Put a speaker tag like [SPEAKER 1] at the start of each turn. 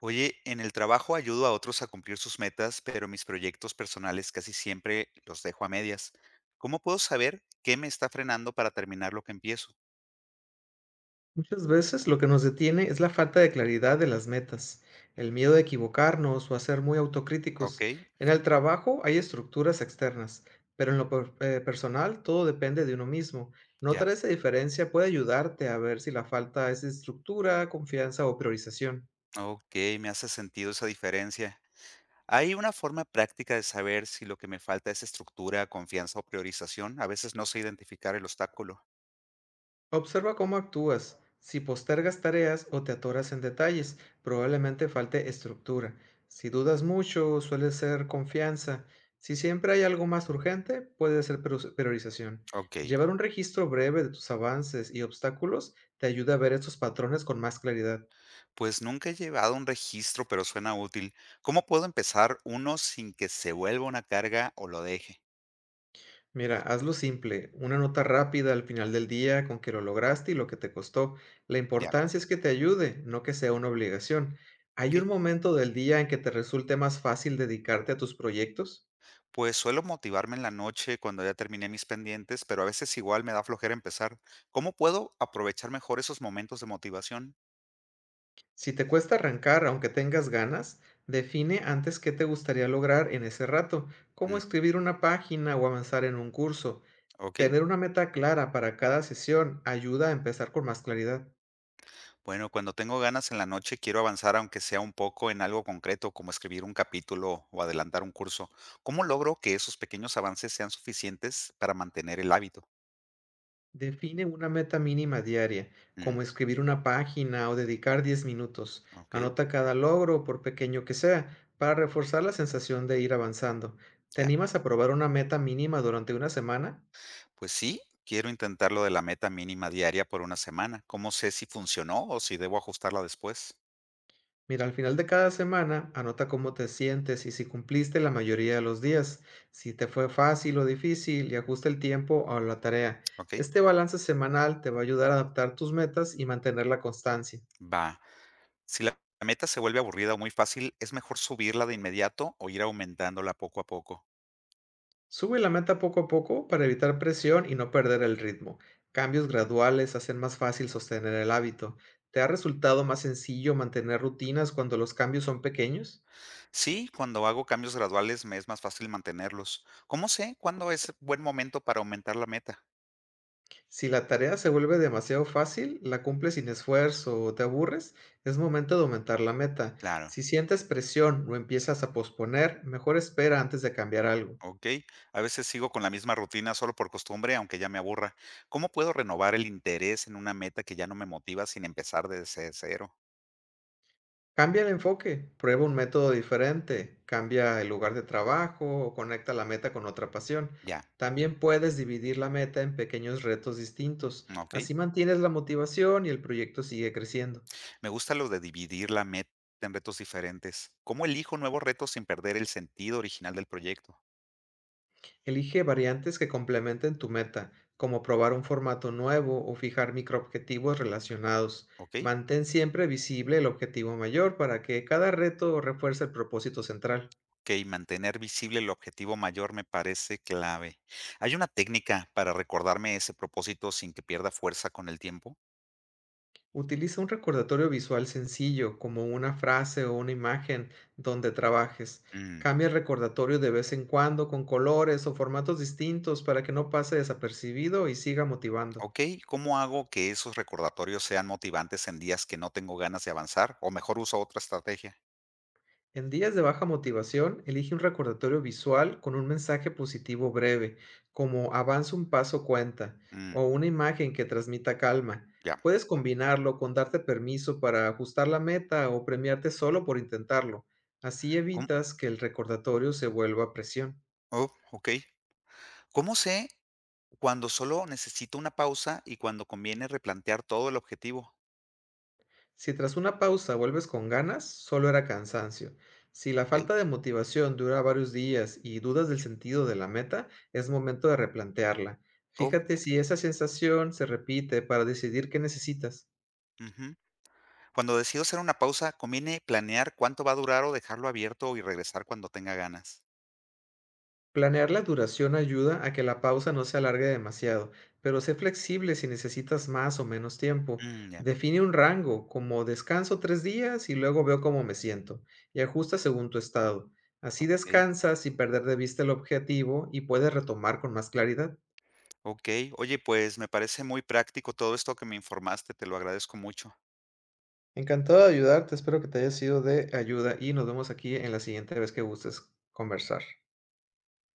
[SPEAKER 1] Oye, en el trabajo ayudo a otros a cumplir sus metas, pero mis proyectos personales casi siempre los dejo a medias. ¿Cómo puedo saber qué me está frenando para terminar lo que empiezo?
[SPEAKER 2] Muchas veces lo que nos detiene es la falta de claridad de las metas, el miedo de equivocarnos o a ser muy
[SPEAKER 1] ¿Ok?
[SPEAKER 2] autocríticos. En el trabajo hay estructuras externas, pero en lo personal todo depende de uno mismo.
[SPEAKER 1] Ya.
[SPEAKER 2] Notar esa diferencia puede ayudarte a ver si la falta es de estructura, confianza o priorización.
[SPEAKER 1] Ok, me hace sentido esa diferencia. ¿Hay una forma práctica de saber si lo que me falta es estructura, confianza o priorización? A veces no sé identificar el obstáculo.
[SPEAKER 2] Observa cómo actúas. Si postergas tareas o te atoras en detalles, probablemente falte estructura. Si dudas mucho, suele ser confianza. Si siempre hay algo más urgente, puede ser priorización.
[SPEAKER 1] Ok,
[SPEAKER 2] Llevar un registro breve de tus avances y obstáculos te ayuda a ver estos patrones con más claridad.
[SPEAKER 1] pues nunca he llevado un registro, pero suena útil. ¿Cómo puedo empezar uno sin que se vuelva una carga o lo deje?
[SPEAKER 2] Mira, hazlo simple, una nota rápida al final del día con que lo lograste y lo que te costó. La
[SPEAKER 1] Ya,
[SPEAKER 2] importancia es que te ayude, no que sea una obligación.
[SPEAKER 1] ok.
[SPEAKER 2] ¿Hay un momento del día en que te resulte más fácil dedicarte a tus proyectos?
[SPEAKER 1] Pues suelo motivarme en la noche cuando ya terminé mis pendientes, pero a veces igual me da flojera empezar. ¿Cómo puedo aprovechar mejor esos momentos de motivación?
[SPEAKER 2] Si te cuesta arrancar, aunque tengas ganas, define antes qué te gustaría lograr en ese rato, como
[SPEAKER 1] Mm,
[SPEAKER 2] escribir una página o avanzar en un curso.
[SPEAKER 1] ok.
[SPEAKER 2] Tener una meta clara para cada sesión ayuda a empezar con más claridad.
[SPEAKER 1] Bueno, cuando tengo ganas en la noche quiero avanzar aunque sea un poco en algo concreto, como escribir un capítulo o adelantar un curso. ¿Cómo logro que esos pequeños avances sean suficientes para mantener el hábito?
[SPEAKER 2] Define una meta mínima diaria,
[SPEAKER 1] Mm,
[SPEAKER 2] como escribir una página o dedicar 10 minutos.
[SPEAKER 1] ok,
[SPEAKER 2] Anota cada logro, por pequeño que sea, para reforzar la sensación de ir avanzando. ¿Te
[SPEAKER 1] ya.
[SPEAKER 2] animas a probar una meta mínima durante una semana?
[SPEAKER 1] Pues sí, quiero intentar lo de la meta mínima diaria por una semana. ¿Cómo sé si funcionó o si debo ajustarla después?
[SPEAKER 2] Mira, al final de cada semana, anota cómo te sientes y si cumpliste la mayoría de los días, si te fue fácil o difícil y ajusta el tiempo a la tarea.
[SPEAKER 1] Ok.
[SPEAKER 2] Este balance semanal te va a ayudar a adaptar tus metas y mantener la constancia.
[SPEAKER 1] Va. Si la meta se vuelve aburrida o muy fácil, ¿es mejor subirla de inmediato o ir aumentándola poco a poco?
[SPEAKER 2] Sube la meta poco a poco para evitar presión y no perder el ritmo. Cambios graduales hacen más fácil sostener el hábito. ¿Te ha resultado más sencillo mantener rutinas cuando los cambios son pequeños?
[SPEAKER 1] Sí, cuando hago cambios graduales me es más fácil mantenerlos. ¿Cómo sé cuándo es buen momento para aumentar la meta?
[SPEAKER 2] Si la tarea se vuelve demasiado fácil, la cumples sin esfuerzo o te aburres, es momento de aumentar la meta.
[SPEAKER 1] Claro,
[SPEAKER 2] Si sientes presión o empiezas a posponer, mejor espera antes de cambiar algo.
[SPEAKER 1] ok. A veces sigo con la misma rutina solo por costumbre, aunque ya me aburra. ¿Cómo puedo renovar el interés en una meta que ya no me motiva sin empezar desde cero?
[SPEAKER 2] Cambia el enfoque, prueba un método diferente, cambia el lugar de trabajo o conecta la meta con otra pasión.
[SPEAKER 1] Ya,
[SPEAKER 2] También puedes dividir la meta en pequeños retos distintos.
[SPEAKER 1] ok.
[SPEAKER 2] Así mantienes la motivación y el proyecto sigue creciendo.
[SPEAKER 1] Me gusta lo de dividir la meta en retos diferentes. ¿Cómo elijo nuevos retos sin perder el sentido original del proyecto?
[SPEAKER 2] Elige variantes que complementen tu meta, como probar un formato nuevo o fijar microobjetivos relacionados.
[SPEAKER 1] ¿Ok?
[SPEAKER 2] Mantén siempre visible el objetivo mayor para que cada reto refuerce el propósito central.
[SPEAKER 1] Ok, mantener visible el objetivo mayor me parece clave. ¿Hay una técnica para recordarme ese propósito sin que pierda fuerza con el tiempo?
[SPEAKER 2] Utiliza un recordatorio visual sencillo, como una frase o una imagen donde trabajes.
[SPEAKER 1] Mm,
[SPEAKER 2] Cambia el recordatorio de vez en cuando con colores o formatos distintos para que no pase desapercibido y siga motivando.
[SPEAKER 1] ok, ¿cómo hago que esos recordatorios sean motivantes en días que no tengo ganas de avanzar? O mejor uso otra estrategia.
[SPEAKER 2] En días de baja motivación, elige un recordatorio visual con un mensaje positivo breve, como avanza un paso cuenta,
[SPEAKER 1] Mm,
[SPEAKER 2] o una imagen que transmita calma.
[SPEAKER 1] ya.
[SPEAKER 2] Puedes combinarlo con darte permiso para ajustar la meta o premiarte solo por intentarlo. Así
[SPEAKER 1] ¿Cómo?
[SPEAKER 2] evitas que el recordatorio se vuelva presión.
[SPEAKER 1] Oh, ok. ¿Cómo sé cuando solo necesito una pausa y cuando conviene replantear todo el objetivo?
[SPEAKER 2] Si tras una pausa vuelves con ganas, solo era cansancio. Si la
[SPEAKER 1] Ok.
[SPEAKER 2] falta de motivación dura varios días y dudas del sentido de la meta, es momento de replantearla.
[SPEAKER 1] Oh,
[SPEAKER 2] Fíjate
[SPEAKER 1] ok.
[SPEAKER 2] si esa sensación se repite para decidir qué necesitas.
[SPEAKER 1] Ujú. Cuando decido hacer una pausa, conviene planear cuánto va a durar o dejarlo abierto y regresar cuando tenga ganas.
[SPEAKER 2] Planear la duración ayuda a que la pausa no se alargue demasiado, pero sé flexible si necesitas más o menos tiempo.
[SPEAKER 1] Mm, ya,
[SPEAKER 2] Define un rango, como descanso 3 días y luego veo cómo me siento, y ajusta según tu estado. Así
[SPEAKER 1] ok,
[SPEAKER 2] descansas sin perder de vista el objetivo y puedes retomar con más claridad.
[SPEAKER 1] ok. Oye, pues me parece muy práctico todo esto que me informaste, te lo agradezco mucho.
[SPEAKER 2] Encantado de ayudarte, espero que te haya sido de ayuda y nos vemos aquí en la siguiente vez que gustes conversar.